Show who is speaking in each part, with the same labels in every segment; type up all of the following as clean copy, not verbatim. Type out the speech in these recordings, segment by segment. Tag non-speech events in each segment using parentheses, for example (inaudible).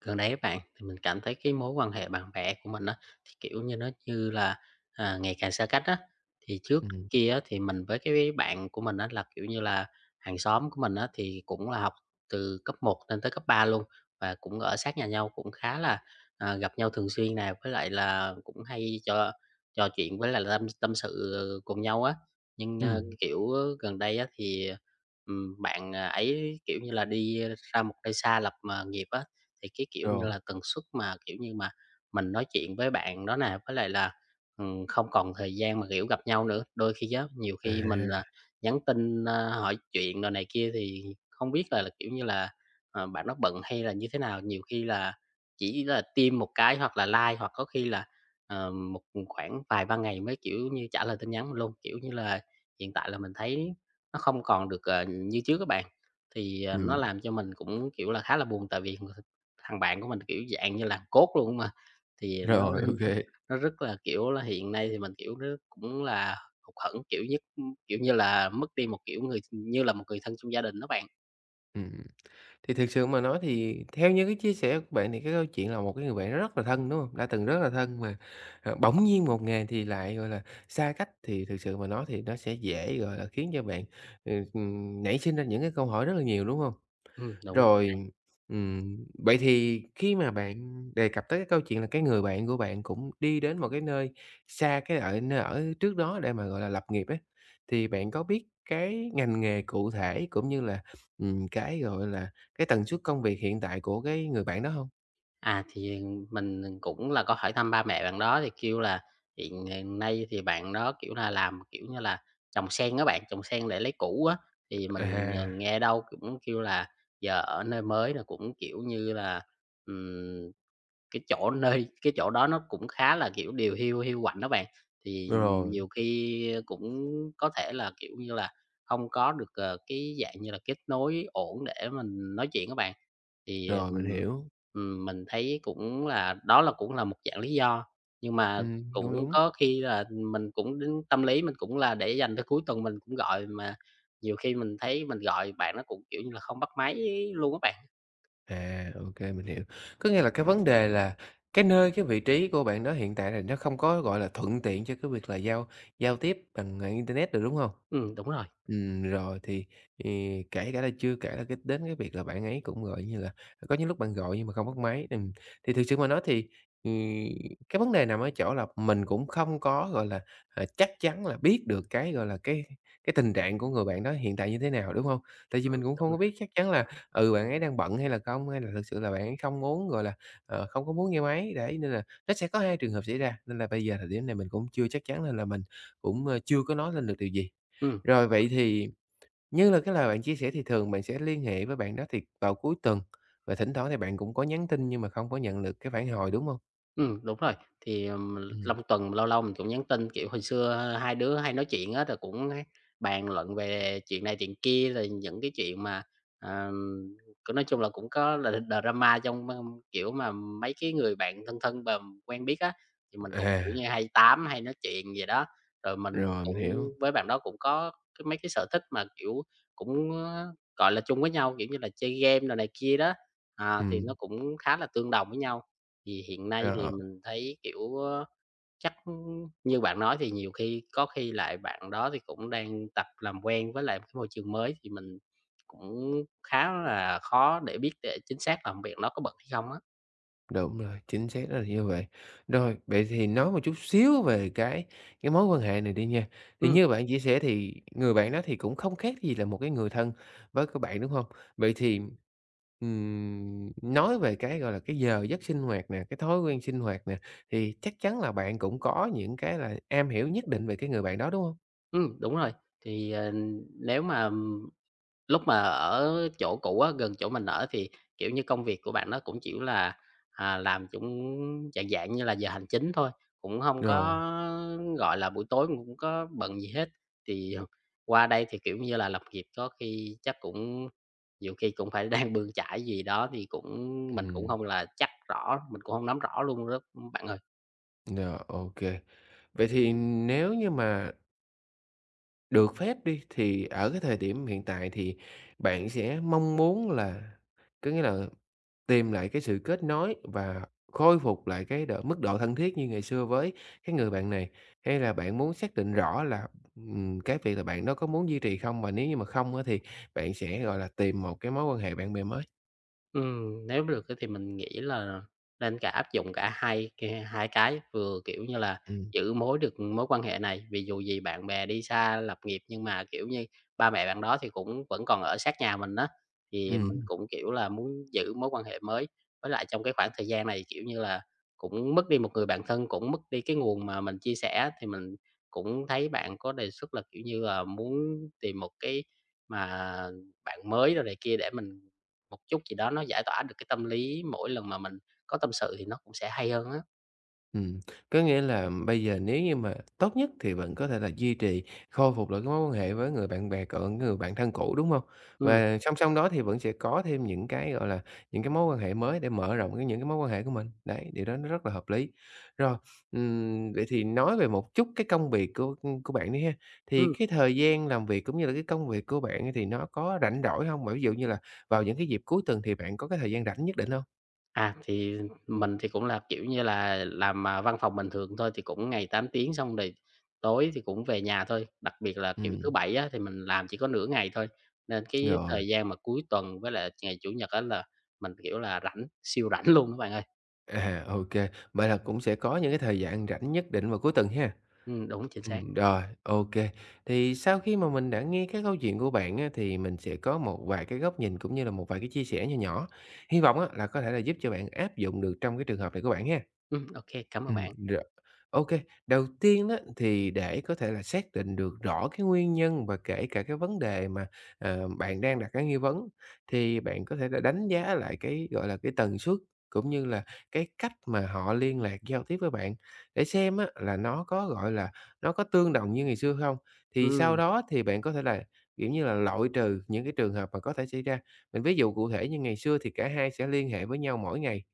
Speaker 1: Gần đây á bạn, thì mình cảm thấy cái mối quan hệ bạn bè của mình á, thì, kiểu như, nó như là, ngày càng xa cách á. Thì trước
Speaker 2: Ừm,
Speaker 1: kia á, thì mình với cái bạn của mình á là, kiểu như là, hàng xóm của mình á, thì cũng là học từ cấp 1 lên tới cấp 3 luôn, và cũng ở sát nhà nhau, cũng khá là, gặp nhau thường xuyên nè, với lại là cũng hay trò trò chuyện với lại là tâm tâm sự cùng nhau á. Nhưng,
Speaker 2: ừm,
Speaker 1: kiểu, gần đây á, thì, bạn ấy, kiểu như là, đi ra một nơi xa lập, nghiệp á, thì cái, kiểu như
Speaker 2: rồi,
Speaker 1: là, tần suất mà, kiểu như mà, mình nói chuyện với bạn đó nè, với lại là, không còn thời gian mà, kiểu, gặp nhau nữa. Đôi khi á, nhiều
Speaker 2: à,
Speaker 1: khi mình, nhắn tin, hỏi chuyện đồ này kia thì không biết là, kiểu như là, bạn nó bận hay là như thế nào? Nhiều khi là chỉ là tim một cái hoặc là like, hoặc có khi là, một khoảng vài ba ngày mới, kiểu như, trả lời tin nhắn luôn. Kiểu như là, hiện tại là mình thấy nó không còn được, như trước các bạn, thì, nó
Speaker 2: ừm,
Speaker 1: làm cho mình cũng, kiểu là, khá là buồn tại vì thằng bạn của mình, kiểu, dạng như làm code luôn mà, thì nó
Speaker 2: rồi, ô
Speaker 1: (laughs) nó
Speaker 2: kê,
Speaker 1: nó rất là, kiểu là, hiện nay thì mình, kiểu, nó cũng là hụt hẫng, kiểu, nhất kiểu như là, mất đi một, kiểu, người như là một người thân trong gia đình đó bạn.
Speaker 2: ừm. Thì thực sự mà nói thì theo như cái chia sẻ của bạn thì cái câu chuyện là một cái người bạn rất là thân, đúng hông? Đã từng rất là thân mà, ờ, bỗng nhiên một ngày thì lại, gọi là, xa cách thì thực sự mà nói thì nó sẽ dễ, gọi là, khiến cho bạn, ừ, nảy sinh ra những cái câu hỏi rất là nhiều, đúng hông?
Speaker 1: Đúng.
Speaker 2: Rồi, ừm, vậy thì khi mà bạn đề cập tới cái câu chuyện là cái người bạn của bạn cũng đi đến một cái nơi xa cái ở nơi ở trước đó để mà, gọi là, lập nghiệp ấy, thì bạn có biết cái ngành nghề cụ thể cũng như là, cái, gọi là, cái tần suất công việc hiện tại của cái người bạn đó hông?
Speaker 1: À, thì mình cũng là có hỏi thăm ba mẹ bạn đó thì kêu là hiện hiện nay thì bạn đó, kiểu là, làm, kiểu như là, trồng sen á bạn, trồng sen để lấy củ á, thì mình,
Speaker 2: À,
Speaker 1: nghe đâu cũng kêu là giờ ở nơi mới là cũng, kiểu như là, ừm Cái chỗ (laughs) nơi cái chỗ đó nó cũng khá là, kiểu, điều hiu hiu quạnh đó bạn, thì
Speaker 2: rồi,
Speaker 1: nhiều khi cũng có thể là, kiểu như là, hông có được, cái dạng như là kết nối ổn để mình nói chuyện á bạn. Thì,
Speaker 2: rồi, mình hiểu.
Speaker 1: mình thấy cũng là đó là cũng là một dạng lý do, nhưng mà
Speaker 2: Đúng,
Speaker 1: cũng
Speaker 2: đúng.
Speaker 1: có khi là mình cũng đến tâm lý mình cũng là để dành tới cuối tuần mình cũng gọi, mà nhiều khi mình thấy mình gọi bạn nó cũng, kiểu như là, không bắt máy luôn á bạn.
Speaker 2: À, OK, mình hiểu. Có nghĩa là cái vấn đề là cái nơi, cái vị trí của bạn đó hiện tại là nó không có, gọi là, thuận tiện cho cái việc là giao giao tiếp bằng, à, internet được, đúng không?
Speaker 1: Đúng rồi,
Speaker 2: Rồi thì kể cả là chưa kể là cái đến cái việc là bạn ấy cũng, gọi như là, có những lúc bạn gọi nhưng mà không bắt máy, thì thực sự mà nói thì, ừm, cái vấn đề nằm ở chỗ là mình cũng không có, gọi là, à, chắc chắn là biết được cái, gọi là, cái tình trạng của người bạn đó hiện tại như thế nào, đúng không? Tại vì mình cũng
Speaker 1: đúng
Speaker 2: không
Speaker 1: rồi,
Speaker 2: có biết chắc chắn là, ừ, bạn ấy đang bận hay là không, hay là thực sự là bạn ấy không muốn, gọi là, ờ, không có muốn nghe máy, đấy, nên là nó sẽ có hai trường hợp xảy ra. Nên là bây giờ thời điểm này mình cũng chưa chắc chắn nên là mình cũng, ơ, chưa có nói lên được điều gì.
Speaker 1: ừm.
Speaker 2: Rồi vậy thì như là cái lời bạn chia sẻ thì thường bạn sẽ liên hệ với bạn đó thì vào cuối tuần và thỉnh thoảng thì bạn cũng có nhắn tin nhưng mà không có nhận được cái phản hồi, đúng không?
Speaker 1: Đúng rồi. Thì,
Speaker 2: Ừm.
Speaker 1: trong tuần lâu lâu mình cũng nhắn tin, kiểu, hồi xưa hai đứa hay nói chuyện á, rồi cũng hay bàn luận về chuyện này chuyện kia, rồi những cái chuyện mà, ờm, cứ nói chung là cũng có là drama trong, kiểu, mà mấy cái người bạn thân thân và quen biết á, thì mình cũng, kiểu
Speaker 2: À,
Speaker 1: như, hay tám, hay nói chuyện vậy đó. Rồi mình
Speaker 2: rồi, mình
Speaker 1: cũng
Speaker 2: hiểu.
Speaker 1: với bạn đó cũng có cái mấy cái sở thích mà, kiểu, cũng, gọi là, chung với nhau, kiểu như là, chơi game đồ này kia đó,
Speaker 2: Ừ
Speaker 1: thì nó cũng khá là tương đồng với nhau. Thì hiện nay thì
Speaker 2: rồi.
Speaker 1: mình thấy, kiểu, chắc, như bạn nói thì nhiều khi có khi lại bạn đó thì cũng đang tập làm quen với lại một cái môi trường mới, thì mình cũng khá là khó để biết để chính xác là việc nó có bận hay không á.
Speaker 2: Đúng rồi, chính xác đó là như vậy. Rồi, vậy thì nói một chút xíu về cái mối quan hệ này đi nha. Thì
Speaker 1: Ừm,
Speaker 2: như bạn chia sẻ thì người bạn đó thì cũng không khác gì là một cái người thân với các bạn, đúng không? Vậy thì, nói về cái, gọi là, cái giờ giấc sinh hoạt nè, cái thói quen sinh hoạt nè, thì chắc chắn là bạn cũng có những cái là am hiểu nhất định về cái người bạn đó, đúng không?
Speaker 1: đúng rồi. Thì, nếu mà lúc mà ở chỗ cũ á, gần chỗ mình ở thì, kiểu như, công việc của bạn nó cũng chỉ là, làm cũng dạng dạng như là giờ hành chính thôi, cũng không có,
Speaker 2: Rồi,
Speaker 1: gọi là, buổi tối cũng không có bận gì hết. Thì qua đây thì, kiểu như là, lập nghiệp có khi chắc cũng nhiều khi cũng phải (laughs) đang bươn chải gì đó thì cũng mình cũng
Speaker 2: ừm,
Speaker 1: không là chắc rõ, mình cũng không nắm rõ luôn đó, bạn ơi.
Speaker 2: rồi, ok. Vậy thì nếu như mà được phép đi, thì ở cái thời điểm hiện tại thì bạn sẽ mong muốn là có nghĩa là tìm lại cái sự kết nối và khôi phục lại cái độ mức độ thân thiết như ngày xưa với cái người bạn này? Hay là bạn muốn xác định rõ là, cái việc là bạn đó có muốn duy trì không? Và nếu như mà không á thì bạn sẽ, gọi là, tìm một cái mối quan hệ bạn bè mới?
Speaker 1: Nếu được á thì mình nghĩ là nên cả áp dụng cả hai cái, vừa, kiểu như là,
Speaker 2: Ừm,
Speaker 1: giữ mối được mối quan hệ này, vì dù gì bạn bè đi xa lập nghiệp nhưng mà, kiểu như, ba mẹ bạn đó thì cũng vẫn còn ở sát nhà mình đó thì mình
Speaker 2: ừm.
Speaker 1: cũng, kiểu là, muốn giữ mối quan hệ mới. Với lại trong cái khoảng thời gian này, kiểu như là, cũng mất đi một người bạn thân, cũng mất đi cái nguồn mà mình chia sẻ, thì mình cũng thấy bạn có đề xuất là, kiểu như là, muốn tìm một cái mà bạn mới rồi này kia để mình một chút gì đó nó giải tỏa được cái tâm lý mỗi lần mà mình có tâm sự thì nó cũng sẽ hay hơn á.
Speaker 2: Ừm, có nghĩa là bây giờ nếu như mà tốt nhất thì vẫn có thể là duy trì, khôi phục lại cái mối quan hệ với người bạn bè cũ, người bạn thân cũ, đúng không?
Speaker 1: Ừ.
Speaker 2: Và song song đó thì vẫn sẽ có thêm những cái, gọi là, những cái mối quan hệ mới để mở rộng cái những cái mối quan hệ của mình. Đấy, điều đó nó rất là hợp lý. Rồi, vậy thì nói về một chút cái công việc của bạn đi ha, thì
Speaker 1: Ừm.
Speaker 2: cái thời gian làm việc cũng như là cái công việc của bạn ấy thì nó có rảnh rỗi không? Mà ví dụ như là vào những cái dịp cuối tuần thì bạn có cái thời gian rảnh nhất định không?
Speaker 1: À, thì mình thì cũng là, kiểu như là, làm, văn phòng bình thường thôi thì cũng ngày 8 tiếng xong rồi tối thì cũng về nhà thôi. Đặc biệt là, kiểu, thứ
Speaker 2: Ừm,
Speaker 1: Bảy á thì mình làm chỉ có nửa ngày thôi, nên cái
Speaker 2: rồi.
Speaker 1: thời gian mà cuối tuần với lại ngày Chủ nhật á là mình, kiểu là, rảnh, siêu rảnh luôn các bạn ơi.
Speaker 2: À, ô vậy là cũng sẽ có những cái thời gian rảnh nhất định vào cuối tuần ha?
Speaker 1: Đúng, chính xác.
Speaker 2: Rồi, ok. Thì sau khi mà mình đã nghe cái câu chuyện của bạn á, thì mình sẽ có một vài cái góc nhìn cũng như là một vài cái chia sẻ nhỏ nhỏ. Hy vọng á là có thể là giúp cho bạn áp dụng được trong cái trường hợp này của bạn ha.
Speaker 1: Ừm, ô cảm ơn bạn.
Speaker 2: Rồi, ô đầu tiên đó thì để có thể là xác định được rõ cái nguyên nhân và kể cả cái vấn đề mà, ờ, bạn đang đặt cái nghi vấn, thì bạn có thể là đánh giá lại cái, gọi là, cái tần suất cũng như là cái cách mà họ liên lạc giao tiếp với bạn, để xem á là nó có, gọi là, nó có tương đồng như ngày xưa không. Thì sau
Speaker 1: Ừ.
Speaker 2: đó thì bạn có thể là, kiểu như là, loại trừ những cái trường hợp mà có thể xảy ra. Mình ví dụ cụ thể như ngày xưa thì cả hai sẽ liên hệ với nhau mỗi ngày,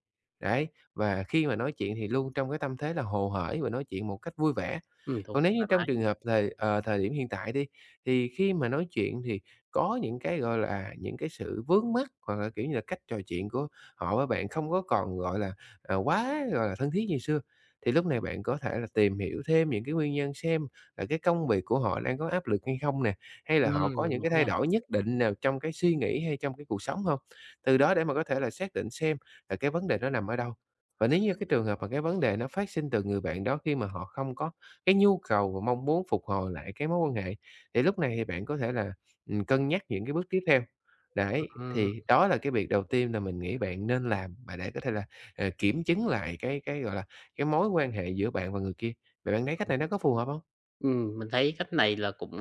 Speaker 2: đấy, và khi mà nói chuyện thì luôn trong cái tâm thế là hồ hởi và nói chuyện một cách vui vẻ.
Speaker 1: Ừ. Đúng,
Speaker 2: Còn nếu như
Speaker 1: thoải
Speaker 2: trong
Speaker 1: mái.
Speaker 2: trường hợp thời, ờ, thời điểm hiện tại đi, thì khi mà nói chuyện thì có những cái, gọi là, những cái sự vướng mắc hoặc là, kiểu như là, cách trò chuyện của họ với bạn không có còn, gọi là, à, quá, gọi là, thân thiết như xưa, thì lúc này bạn có thể là tìm hiểu thêm những cái nguyên nhân xem là cái công việc của họ đang có áp lực hay không nè, hay là họ có những
Speaker 1: Đúng
Speaker 2: cái thay
Speaker 1: nha.
Speaker 2: đổi nhất định nào trong cái suy nghĩ hay trong cái cuộc sống không. Từ đó để mà có thể là xác định xem là cái vấn đề nó nằm ở đâu. Và nếu như cái trường hợp mà cái vấn đề nó phát sinh từ người bạn đó khi mà họ không có cái nhu cầu và mong muốn phục hồi lại cái mối quan hệ, thì lúc này thì bạn có thể là, cân nhắc những cái bước tiếp theo. Đấy,
Speaker 1: Ừm.
Speaker 2: thì đó là cái việc đầu tiên là mình nghĩ bạn nên làm mà để có thể là, ờ, kiểm chứng lại cái, gọi là, cái mối quan hệ giữa bạn và người kia. Vậy bạn thấy cách này nó có phù hợp không?
Speaker 1: Mình thấy cách này là cũng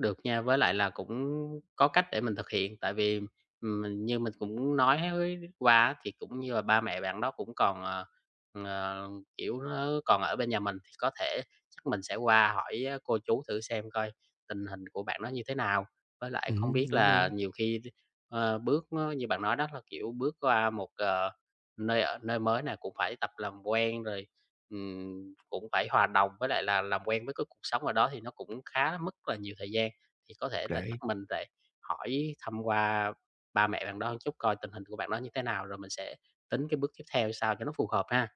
Speaker 1: được nha, với lại là cũng có cách để mình thực hiện, tại vì, như mình cũng nói với qua á, thì cũng như là ba mẹ bạn đó cũng còn, ờ, kiểu, nó còn ở bên nhà mình, thì có thể chắc mình sẽ qua hỏi á cô chú thử xem coi tình hình của bạn đó như thế nào. Với lại không biết
Speaker 2: Đúng rồi,
Speaker 1: là nhiều khi bước nó như bạn nói đó là, kiểu, bước qua một, nơi ở nơi mới này cũng phải tập làm quen rồi. Cũng phải hòa đồng với lại là làm quen với cái cuộc sống ở đó thì nó cũng khá mất là nhiều thời gian, thì có thể là chắc
Speaker 2: đấy.
Speaker 1: mình phải hỏi thăm qua ba mẹ bạn đó một chút coi tình hình của bạn đó như thế nào, rồi mình sẽ tính cái bước tiếp theo sao cho nó phù hợp ha.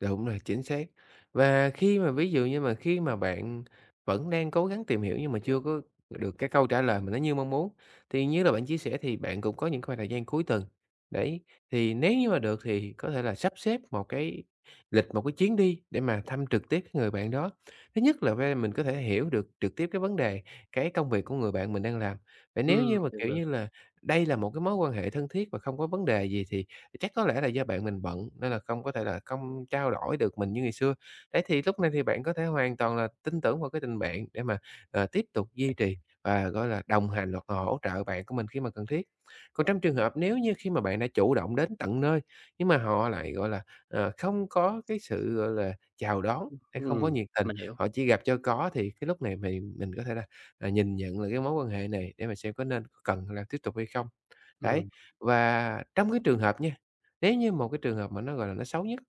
Speaker 2: Đúng rồi, chính xác. Và khi mà ví dụ như mà khi mà bạn vẫn đang cố gắng tìm hiểu nhưng mà chưa có được cái câu trả lời mà nó như mong muốn, thì như là bạn chia sẻ thì bạn cũng có những khoảng thời gian cuối tuần. Đấy, thì nếu như mà được thì có thể là sắp xếp một cái lịch, một cái chuyến đi để mà thăm trực tiếp cái người bạn đó. Thứ nhất là về mình có thể hiểu được trực tiếp cái vấn đề, cái công việc của người bạn mình đang làm. Và nếu như mà,
Speaker 1: Được,
Speaker 2: kiểu
Speaker 1: được.
Speaker 2: như là, đây là một cái mối quan hệ thân thiết và không có vấn đề gì thì chắc có lẽ là do bạn mình bận nên là không có thể là không trao đổi được mình như ngày xưa. Đấy, thì lúc này thì bạn có thể hoàn toàn là tin tưởng vào cái tình bạn để mà, ờ, tiếp tục duy trì và, gọi là, đồng hành hoặc là hỗ trợ bạn của mình khi mà cần thiết. Còn trong trường hợp nếu như khi mà bạn đã chủ động đến tận nơi, nhưng mà họ lại, gọi là, ờ, không có cái sự, gọi là, chào đón hay không có
Speaker 1: Ừm,
Speaker 2: nhiệt tình,
Speaker 1: mình hiểu.
Speaker 2: họ chỉ gặp cho có thì cái lúc này mình có thể là, à, nhìn nhận là cái mối quan hệ này để mà xem có nên có cần là tiếp tục hay không.
Speaker 1: Ừm,
Speaker 2: Đấy, và trong cái trường hợp nha nếu như một cái trường hợp mà nó, gọi là, nó xấu nhất,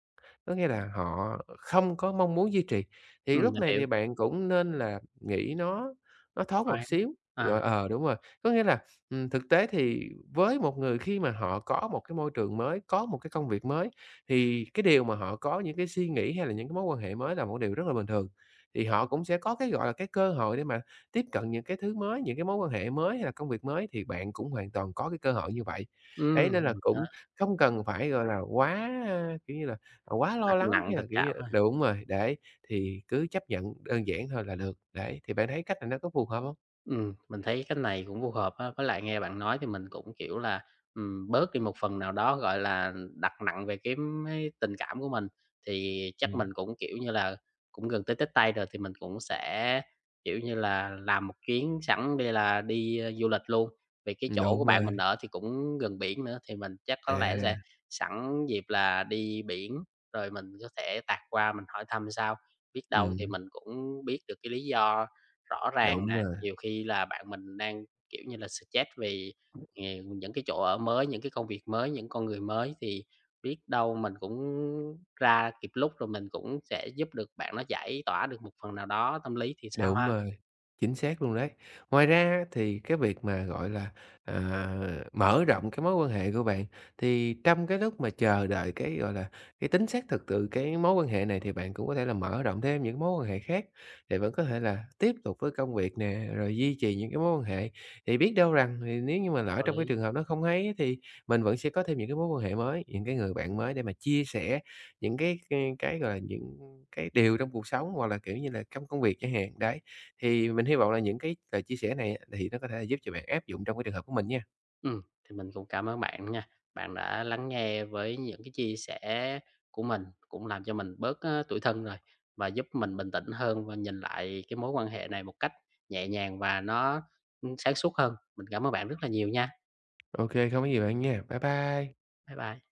Speaker 2: có nghĩa là họ không có mong muốn duy trì, thì lúc
Speaker 1: mình
Speaker 2: này
Speaker 1: hiểu.
Speaker 2: thì bạn cũng nên là nghĩ nó thoáng một
Speaker 1: Thoáng.
Speaker 2: xíu,
Speaker 1: À,
Speaker 2: rồi ờ, đúng rồi. Có nghĩa là, thực tế thì với một người khi mà họ có một cái môi trường mới, có một cái công việc mới, thì cái điều mà họ có những cái suy nghĩ hay là những cái mối quan hệ mới là một điều rất là bình thường. Thì họ cũng sẽ có cái, gọi là, cái cơ hội để mà tiếp cận những cái thứ mới, những cái mối quan hệ mới hay là công việc mới thì bạn cũng hoàn toàn có cái cơ hội như vậy. Đấy, nên là
Speaker 1: được đó.
Speaker 2: cũng không cần phải, gọi là, quá, a, kiểu như là, à, quá lo
Speaker 1: Đặt
Speaker 2: lắng
Speaker 1: nặng
Speaker 2: hay
Speaker 1: tình
Speaker 2: là, kiểu như
Speaker 1: cảm thôi.
Speaker 2: đúng rồi, đấy, thì cứ chấp nhận đơn giản thôi là được. Đấy, thì bạn thấy cách này nó có phù hợp hông?
Speaker 1: Mình thấy cái này cũng phù hợp á, với lại nghe bạn nói thì mình cũng, kiểu là, bớt đi một phần nào đó, gọi là, đặt nặng về cái mấy tình cảm của mình. Thì chắc
Speaker 2: Ừm,
Speaker 1: mình cũng, kiểu như là, cũng gần tới Tết Tây rồi thì mình cũng sẽ, kiểu như là, làm một chuyến sẵn đi là đi, du lịch luôn. Vì cái chỗ của
Speaker 2: đúng
Speaker 1: bạn mình
Speaker 2: rồi,
Speaker 1: ở thì cũng gần biển nữa, thì mình chắc có lẽ sẽ
Speaker 2: à,
Speaker 1: sẵn dịp là đi biển, rồi mình có thể tạt qua mình hỏi thăm sao, biết đâu thì
Speaker 2: ừm,
Speaker 1: mình cũng biết được cái lý do rõ ràng
Speaker 2: đúng
Speaker 1: nè,
Speaker 2: rồi,
Speaker 1: nhiều khi là bạn mình đang, kiểu như là, stress vì, những cái chỗ ở mới, những cái công việc mới, những con người mới thì biết đâu mình cũng ra kịp lúc, rồi mình cũng sẽ giúp được bạn nó giải tỏa được một phần nào đó tâm lý thì sao
Speaker 2: đúng
Speaker 1: ha?
Speaker 2: rồi. Chính xác luôn đấy. Ngoài ra á thì cái việc mà, gọi là, à, mở rộng cái mối quan hệ của bạn, thì trong cái lúc mà chờ đợi cái, gọi là, cái tính xác thực từ cái mối quan hệ này thì bạn cũng có thể là mở rộng thêm những mối quan hệ khác, để vẫn có thể là tiếp tục với công việc nè, rồi duy trì những cái mối quan hệ. Thì biết đâu rằng thì nếu như mà lỡ
Speaker 1: Có
Speaker 2: trong cái
Speaker 1: lý.
Speaker 2: trường hợp nó không ấy thì mình vẫn sẽ có thêm những cái mối quan hệ mới, những cái người bạn mới để mà chia sẻ những cái, gọi là, những cái điều trong cuộc sống, hoặc là, kiểu như là, trong công việc chẳng hạn, đấy. Thì mình hy vọng là những cái lời chia sẻ này á, thì nó có thể là giúp cho bạn áp dụng trong cái trường hợp của mình nha.
Speaker 1: Ừm, thì mình cũng cảm ơn bạn nha. Bạn đã lắng nghe với những cái chia sẻ của mình, cũng làm cho mình bớt, tủi thân rồi, và giúp mình bình tĩnh hơn và nhìn lại cái mối quan hệ này một cách nhẹ nhàng và nó, sáng suốt hơn. Mình cảm ơn bạn rất là nhiều nha.
Speaker 2: Ok không có gì bạn nha. Bye bye.
Speaker 1: Bye bye.